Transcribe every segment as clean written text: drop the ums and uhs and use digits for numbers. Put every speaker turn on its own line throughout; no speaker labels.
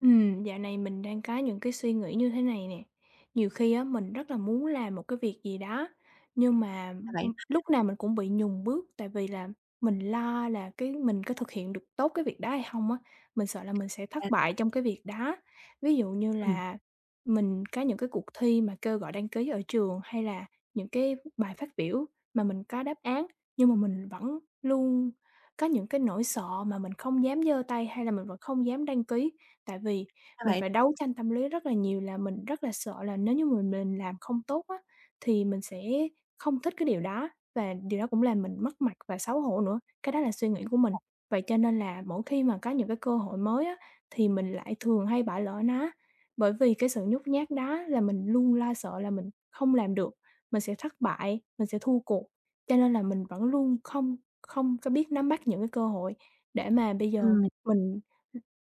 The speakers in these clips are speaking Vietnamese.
Dạo này mình đang có những cái suy nghĩ như thế này nè. Nhiều khi á, mình rất là muốn làm một cái việc gì đó, nhưng mà,
Ra vậy
lúc nào mình cũng bị nhùng bước, tại vì là mình lo là cái mình có thực hiện được tốt cái việc đó hay không á. Mình sợ là mình sẽ
ha.
thất bại trong cái việc đó. Ví dụ như
Ừm,
là mình có những cái cuộc thi mà kêu gọi đăng ký ở trường, hay là những cái bài phát biểu mà mình có đáp án, nhưng mà mình vẫn luôn có những cái nỗi sợ mà mình không dám giơ tay, hay là mình vẫn không dám đăng ký. Tại vì
Ra
mình
vậy.
phải đấu tranh tâm lý rất là nhiều, là mình rất là sợ là nếu như mà mình làm không tốt á, thì mình sẽ không thích cái điều đó và điều đó cũng làm mình mất mặt và xấu hổ nữa, cái đó là suy nghĩ của mình. Vậy cho nên là mỗi khi mà có những cái cơ hội mới á, thì mình lại thường hay bỏ lỡ nó, bởi vì cái sự nhút nhát đó, là mình luôn lo sợ là mình không làm được, mình sẽ thất bại, mình sẽ thua cuộc. Cho nên là mình vẫn luôn không không có biết nắm bắt những cái cơ hội để mà bây giờ
ừm,
mình.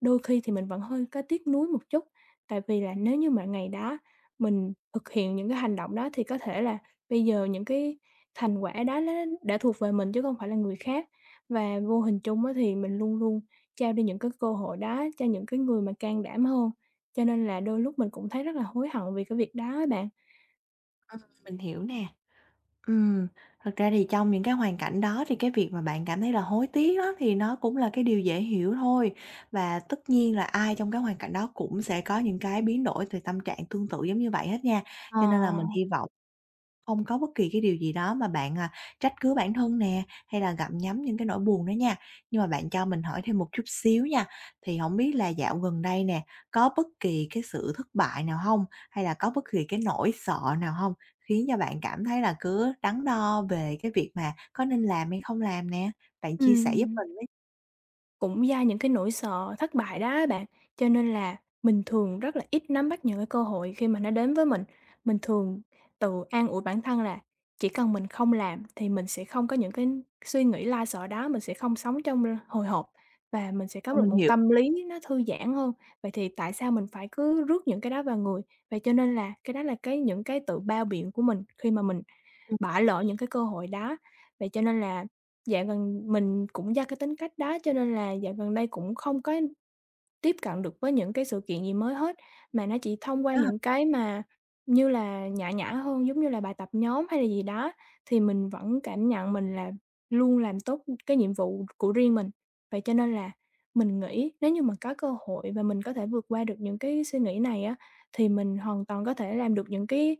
Đôi khi thì mình vẫn hơi có tiếc nuối một chút, tại vì là nếu như mà ngày đó mình thực hiện những cái hành động đó, thì có thể là bây giờ những cái thành quả đó nó đã thuộc về mình chứ không phải là người khác. Và vô hình chung á, thì mình luôn luôn trao đi những cái cơ hội đó cho những cái người mà can đảm hơn, cho nên là đôi lúc mình cũng thấy rất là hối hận vì cái việc đó á bạn.
mình hiểu nè. Ừm, Thật ra thì trong những cái hoàn cảnh đó thì cái việc mà bạn cảm thấy là hối tiếc đó thì nó cũng là cái điều dễ hiểu thôi. Và tất nhiên là ai trong cái hoàn cảnh đó cũng sẽ có những cái biến đổi về tâm trạng tương tự giống như vậy hết nha.
Ờ.
Cho nên là mình hy vọng không có bất kỳ cái điều gì đó mà bạn, trách cứ bản thân nè, hay là gặm nhấm những cái nỗi buồn đó nha. Nhưng mà bạn cho mình hỏi thêm một chút xíu nha, thì không biết là dạo gần đây nè, có bất kỳ cái sự thất bại nào không? Hay là có bất kỳ cái nỗi sợ nào không khiến cho bạn cảm thấy là cứ đắn đo về cái việc mà có nên làm hay không làm nè? Bạn chia sẻ giúp
Ừm.
mình với,
Cũng do những cái nỗi sợ thất bại đó á bạn, cho nên là mình thường rất là ít nắm bắt những cái cơ hội khi mà nó đến với mình. Mình thường tự an ủi bản thân là chỉ cần mình không làm thì mình sẽ không có những cái suy nghĩ lo sợ đó, mình sẽ không sống trong hồi hộp và mình sẽ có
cho
được
mình
một
hiểu.
tâm lý nó thư giãn hơn. Vậy thì tại sao mình phải cứ rước những cái đó vào người? Vậy cho nên là cái đó là cái những cái tự bao biện của mình khi mà mình
Ừm,
bỏ lỡ những cái cơ hội đó. Vậy cho nên là dạo gần mình cũng do cái tính cách đó, cho nên là dạo gần đây cũng không có tiếp cận được với những cái sự kiện gì mới hết, mà nó chỉ thông qua
Đó,
những cái mà như là nhã nhã hơn, giống như là bài tập nhóm hay là gì đó, thì mình vẫn cảm nhận mình là luôn làm tốt cái nhiệm vụ của riêng mình. Vậy cho nên là mình nghĩ nếu như mà có cơ hội và mình có thể vượt qua được những cái suy nghĩ này á, thì mình hoàn toàn có thể làm được những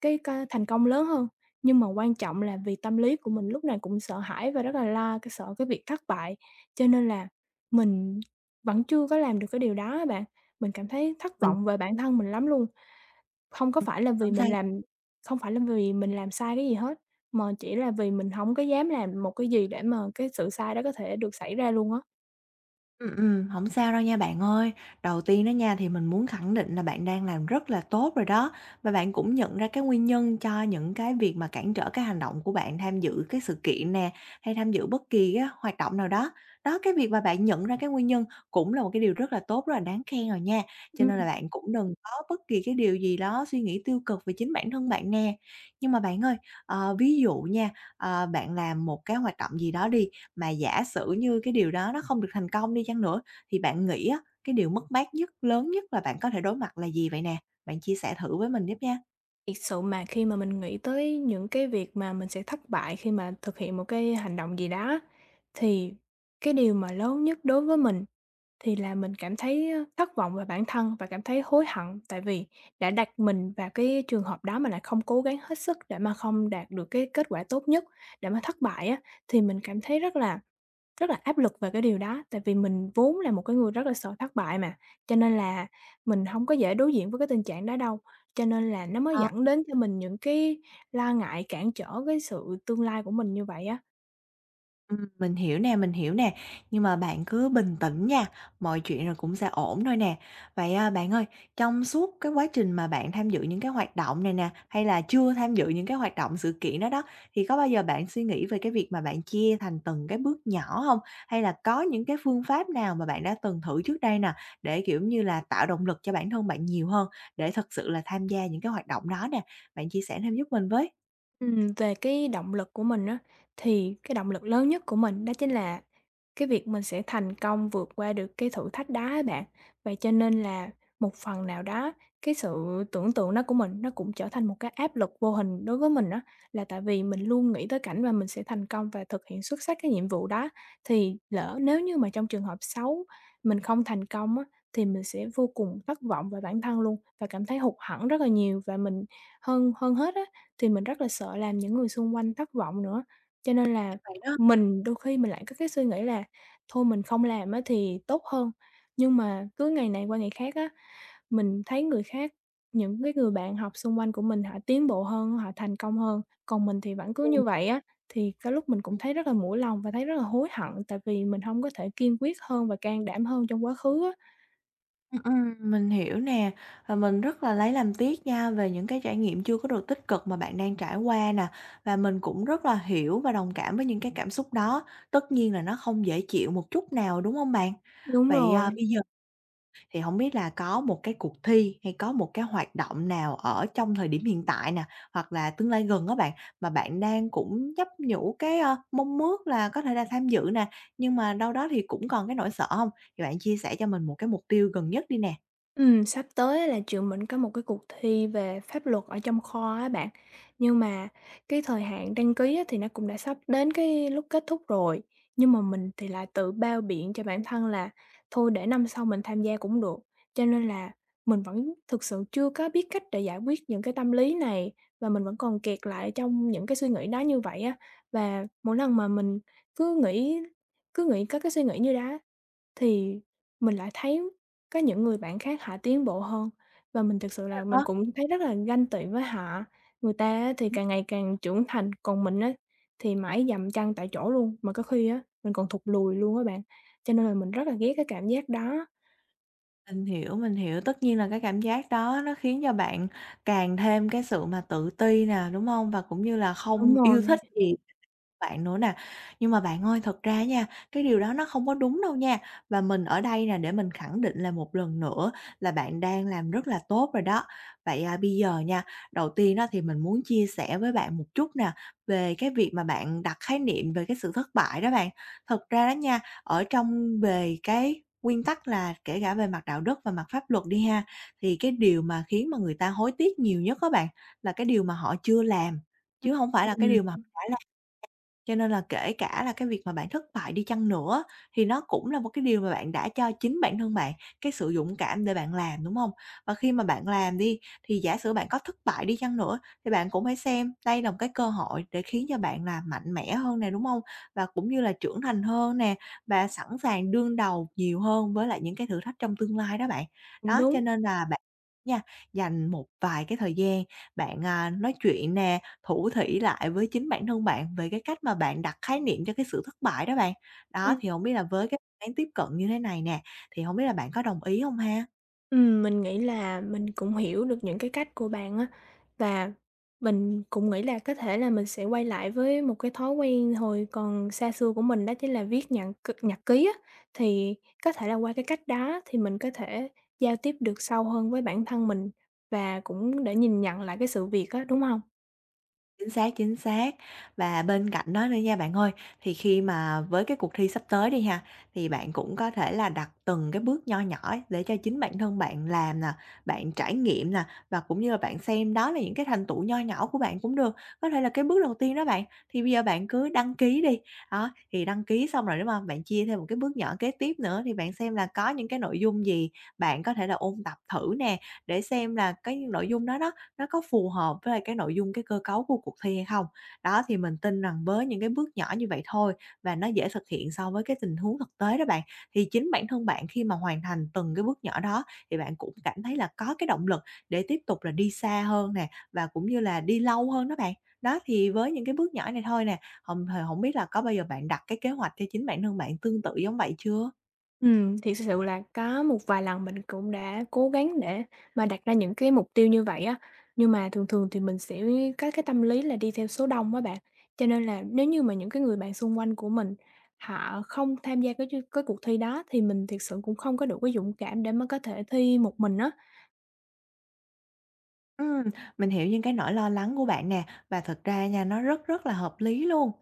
cái ca thành công lớn hơn. Nhưng mà quan trọng là vì tâm lý của mình lúc này cũng sợ hãi và rất là lo cái sợ cái việc thất bại, cho nên là mình vẫn chưa có làm được cái điều đó á bạn. Mình cảm thấy thất
mình
vọng về bản thân mình lắm luôn, không có
ừm,
phải là vì
sao?
mình làm không phải là vì mình làm sai cái gì hết, mà chỉ là vì mình hổng có dám làm một cái gì để mà cái sự sai đó có thể được xảy ra luôn á.
Hổng sao đâu nha bạn ơi. Đầu tiên đó nha, thì mình muốn khẳng định là bạn đang làm rất là tốt rồi đó, và bạn cũng nhận ra cái nguyên nhân cho những cái việc mà cản trở cái hành động của bạn tham dự cái sự kiện nè, hay tham dự bất kỳ cái hoạt động nào đó. Đó, cái việc mà bạn nhận ra cái nguyên nhân cũng là một cái điều rất là tốt, rất là đáng khen rồi nha, cho nên là
Ừm,
bạn cũng đừng có bất kỳ cái điều gì đó suy nghĩ tiêu cực về chính bản thân bạn nè. Nhưng mà bạn ơi, ví dụ nha, bạn làm một cái hoạt động gì đó đi, mà giả sử như cái điều đó nó không được thành công đi chăng nữa, thì bạn nghĩ á, cái điều mất mát nhất, lớn nhất là bạn có thể đối mặt là gì vậy nè? Bạn chia sẻ thử với mình giúp nha.
thiệt sự mà khi mà mình nghĩ tới những cái việc mà mình sẽ thất bại khi mà thực hiện một cái hành động gì đó, thì cái điều mà lớn nhất đối với mình, thì là mình cảm thấy thất vọng về bản thân và cảm thấy hối hận, tại vì đã đặt mình vào cái trường hợp đó mà lại không cố gắng hết sức để mà không đạt được cái kết quả tốt nhất, để mà thất bại á, thì mình cảm thấy rất là áp lực về cái điều đó. Tại vì mình vốn là một cái người rất là sợ thất bại mà, cho nên là mình không có dễ đối diện với cái tình trạng đó đâu, cho nên là nó mới dẫn đến cho mình những cái lo ngại cản trở cái sự tương lai của mình như vậy á.
Mình hiểu nè, mình hiểu nè, nhưng mà bạn cứ bình tĩnh nha, mọi chuyện rồi cũng sẽ ổn thôi nè. Vậy, bạn ơi, trong suốt cái quá trình mà bạn tham dự những cái hoạt động này nè, hay là chưa tham dự những cái hoạt động sự kiện đó đó, thì có bao giờ bạn suy nghĩ về cái việc mà bạn chia thành từng cái bước nhỏ không? Hay là có những cái phương pháp nào mà bạn đã từng thử trước đây nè, để, kiểu như là, tạo động lực cho bản thân bạn nhiều hơn, để thật sự là tham gia những cái hoạt động đó nè? Bạn chia sẻ thêm giúp mình với.
Về cái động lực của mình á, thì cái động lực lớn nhất của mình đó chính là cái việc mình sẽ thành công vượt qua được cái thử thách đó á bạn. Vậy cho nên là một phần nào đó cái sự tưởng tượng đó của mình nó cũng trở thành một cái áp lực vô hình đối với mình á, là tại vì mình luôn nghĩ tới cảnh mà mình sẽ thành công và thực hiện xuất sắc cái nhiệm vụ đó. Thì lỡ nếu như mà trong trường hợp xấu mình không thành công á, thì mình sẽ vô cùng thất vọng về bản thân luôn và cảm thấy hụt hẫng rất là nhiều, và mình hơn hơn hết á thì mình rất là sợ làm những người xung quanh thất vọng nữa, cho nên là
Đó.
đôi khi mình lại có cái suy nghĩ là thôi mình không làm á thì tốt hơn. Nhưng mà cứ ngày này qua ngày khác á, mình thấy người khác, những cái người bạn học xung quanh của mình họ tiến bộ hơn, họ thành công hơn, còn mình thì vẫn cứ như vậy á, thì có lúc mình cũng thấy rất là mũi lòng và thấy rất là hối hận tại vì mình không có thể kiên quyết hơn và can đảm hơn trong quá khứ á.
Mình hiểu nè, và mình rất là lấy làm tiếc nha về những cái trải nghiệm chưa có được tích cực mà bạn đang trải qua nè. Và mình cũng rất là hiểu và đồng cảm với những cái cảm xúc đó, tất nhiên là nó không dễ chịu một chút nào, đúng không bạn?
Đúng
Vậy,
rồi.
bây giờ thì không biết là có một cái cuộc thi hay có một cái hoạt động nào ở trong thời điểm hiện tại nè, hoặc là tương lai gần đó bạn, mà bạn đang cũng nhấp nhủ cái, ơ, mong ước là có thể là tham dự nè, nhưng mà đâu đó thì cũng còn cái nỗi sợ không? Thì bạn chia sẻ cho mình một cái mục tiêu gần nhất đi nè.
Sắp tới á là trường mình có một cái cuộc thi về pháp luật ở trong kho á bạn, nhưng mà cái thời hạn đăng ký á thì nó cũng đã sắp đến cái lúc kết thúc rồi, nhưng mà mình thì lại tự bao biện cho bản thân là thôi để năm sau mình tham gia cũng được, cho nên là mình vẫn thực sự chưa có biết cách để giải quyết những cái tâm lý này, và mình vẫn còn kẹt lại trong những cái suy nghĩ đó như vậy á. Và mỗi lần mà mình cứ nghĩ cứ nghĩ có cái suy nghĩ như đó, thì mình lại thấy có những người bạn khác họ tiến bộ hơn, và mình thực sự là
Ờ,
mình cũng thấy rất là ganh tị với họ. Người ta á thì càng ngày càng trưởng thành, còn mình á thì mãi dậm chân tại chỗ luôn, mà có khi á mình còn thụt lùi luôn á bạn, cho nên là mình rất là ghét cái cảm giác đó.
mình hiểu, mình hiểu. Tất nhiên là cái cảm giác đó nó khiến cho bạn càng thêm cái sự mà tự ti nè, đúng không? Và cũng như là
Đúng
không
rồi,
yêu thích gì bạn nữa nè. Nhưng mà bạn ơi, thật ra nha, cái điều đó nó không có đúng đâu nha. Và mình ở đây nè để mình khẳng định là một lần nữa là bạn đang làm rất là tốt rồi đó. Vậy, bây giờ nha, đầu tiên đó thì mình muốn chia sẻ với bạn một chút nè, về cái việc mà bạn đặt khái niệm về cái sự thất bại đó bạn. Thật ra đó nha, ở trong về cái nguyên tắc là kể cả về mặt đạo đức và mặt pháp luật đi ha, thì cái điều mà khiến mà người ta hối tiếc nhiều nhất á bạn, là cái điều mà họ chưa làm, chứ không phải là cái điều mà họ đã, cho nên là kể cả là cái việc mà bạn thất bại đi chăng nữa thì nó cũng là một cái điều mà bạn đã cho chính bản thân bạn cái sự dũng cảm để bạn làm, đúng không? Và khi mà bạn làm đi, thì giả sử bạn có thất bại đi chăng nữa thì bạn cũng phải xem đây là một cái cơ hội để khiến cho bạn là mạnh mẽ hơn nè, đúng không? Và cũng như là trưởng thành hơn nè, và sẵn sàng đương đầu nhiều hơn với lại những cái thử thách trong tương lai đó bạn.
cũng
Đó, cho
đúng.
nên là bạn nha, dành một vài cái thời gian bạn, nói chuyện nè, thủ thỉ lại với chính bản thân bạn về cái cách mà bạn đặt khái niệm cho cái sự thất bại đó bạn. Đó,
Ừm.
thì không biết là với cái án tiếp cận như thế này nè, thì không biết là bạn có đồng ý không ha?
Mình nghĩ là mình cũng hiểu được những cái cách của bạn á, và mình cũng nghĩ là có thể là mình sẽ quay lại với một cái thói quen hồi còn xa xưa của mình, đó chính là viết nhặn c nhật ký á. Thì có thể là qua cái cách đó thì mình có thể giao tiếp được sâu hơn với bản thân mình và cũng để nhìn nhận lại cái sự việc á, đúng không?
Chính xác, chính xác. Và bên cạnh đó nữa nha bạn ơi, thì khi mà với cái cuộc thi sắp tới đi ha, thì bạn cũng có thể là đặt từng cái bước nho nhỏ ấy để cho chính bản thân bạn làm nè, bạn trải nghiệm nè, và cũng như là bạn xem đó là những cái thành tựu nho nhỏ của bạn cũng được. Có thể là cái bước đầu tiên đó bạn, thì bây giờ bạn cứ đăng ký đi, đó, thì đăng ký xong rồi, đúng hông? Bạn chia thêm một cái bước nhỏ kế tiếp nữa, thì bạn xem là có những cái nội dung gì bạn có thể là ôn tập thử nè, để xem là cái nội dung đó đó nó có phù hợp với lại cái nội dung, cái cơ cấu của cuộc thi hay không. Đó, thì mình tin rằng với những cái bước nhỏ như vậy thôi và nó dễ thực hiện so với cái tình huống thực tế đó bạn, thì chính bản thân bạn khi mà hoàn thành từng cái bước nhỏ đó thì bạn cũng cảm thấy là có cái động lực để tiếp tục là đi xa hơn nè, và cũng như là đi lâu hơn đó bạn. Đó, thì với những cái bước nhỏ này thôi nè, hông h hổng biết là có bao giờ bạn đặt cái kế hoạch cho chính bản thân bạn tương tự giống vậy chưa?
Thì thực sự là có một vài lần mình cũng đã cố gắng để mà đặt ra những cái mục tiêu như vậy á, nhưng mà thường thường thì mình sẽ có cái tâm lý là đi theo số đông á bạn. Cho nên là nếu như mà những cái người bạn xung quanh của mình họ không tham gia cái cuộc thi đó thì mình thực sự cũng không có đủ cái dũng cảm để mà có thể thi một mình á.
Ừm, mình hiểu những cái nỗi lo lắng của bạn nè, và thật ra nha, nó rất rất là hợp lý luôn.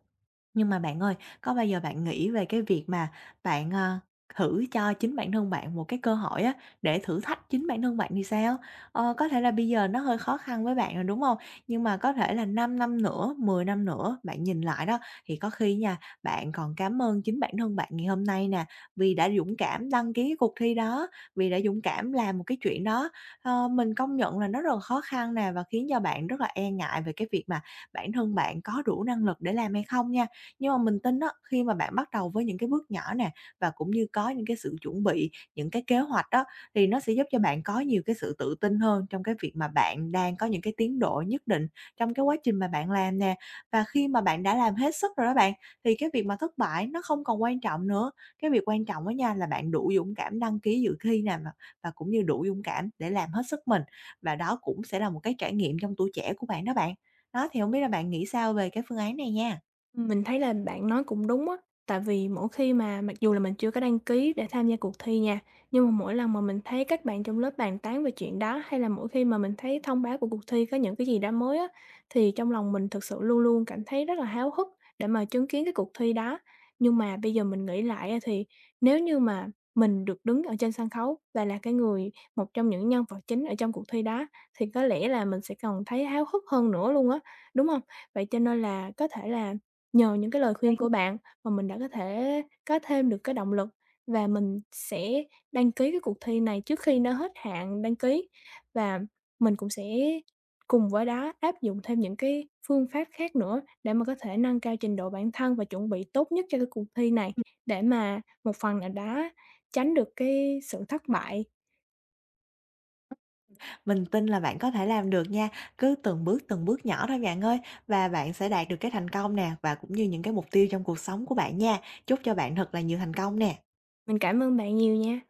Nhưng mà bạn ơi, có bao giờ bạn nghĩ về cái việc mà bạn, thử cho chính bản thân bạn một cái cơ hội á, để thử thách chính bản thân bạn thì sao? Ờ, có thể là bây giờ nó hơi khó khăn với bạn rồi, đúng không? Nhưng mà có thể là 5 năm nữa, 10 năm nữa bạn nhìn lại đó, thì có khi nha, bạn còn cảm ơn chính bản thân bạn ngày hôm nay nè, vì đã dũng cảm đăng ký cái cuộc thi đó, vì đã dũng cảm làm một cái chuyện đó. Ờ, mình công nhận là nó rất là khó khăn nè và khiến cho bạn rất là e ngại về cái việc mà bản thân bạn có đủ năng lực để làm hay không nha. Nhưng mà mình tin đó, khi mà bạn bắt đầu với những cái bước nhỏ nè và cũng như có những cái sự chuẩn bị, những cái kế hoạch đó thì nó sẽ giúp cho bạn có nhiều cái sự tự tin hơn trong cái việc mà bạn đang có những cái tiến độ nhất định trong cái quá trình mà bạn làm nè. Và khi mà bạn đã làm hết sức rồi đó bạn thì cái việc mà thất bại nó không còn quan trọng nữa. Cái việc quan trọng đó nha là bạn đủ dũng cảm đăng ký dự thi nè và cũng như đủ dũng cảm để làm hết sức mình, và đó cũng sẽ là một cái trải nghiệm trong tuổi trẻ của bạn. Đó, thì không biết là bạn nghĩ sao về cái phương án này nha?
Mình thấy là bạn nói cũng đúng á, tại vì mỗi khi mà, mặc dù là mình chưa có đăng ký để tham gia cuộc thi nha, nhưng mà mỗi lần mà mình thấy các bạn trong lớp bàn tán về chuyện đó, hay là mỗi khi mà mình thấy thông báo của cuộc thi có những cái gì đó mới á, thì trong lòng mình thực sự luôn luôn cảm thấy rất là háo hức để mà chứng kiến cái cuộc thi đó. Nhưng mà bây giờ mình nghĩ lại á, thì nếu như mà mình được đứng ở trên sân khấu và là cái người, một trong những nhân vật chính ở trong cuộc thi đó, thì có lẽ là mình sẽ còn thấy háo hức hơn nữa luôn á, đúng không? Vậy cho nên là có thể là nhờ những cái lời
Đấy.
khuyên của bạn mà mình đã có thể có thêm được cái động lực, và mình sẽ đăng ký cái cuộc thi này trước khi nó hết hạn đăng ký. Và mình cũng sẽ cùng với đó áp dụng thêm những cái phương pháp khác nữa để mà có thể nâng cao trình độ bản thân và chuẩn bị tốt nhất cho cái cuộc thi này, để mà một phần nào đó tránh được cái sự thất bại.
Mình tin là bạn có thể làm được nha, cứ từng bước nhỏ thôi bạn ơi, và bạn sẽ đạt được cái thành công nè, và cũng như những cái mục tiêu trong cuộc sống của bạn nha. Chúc cho bạn thật là nhiều thành công nè.
Mình cảm ơn bạn nhiều nha.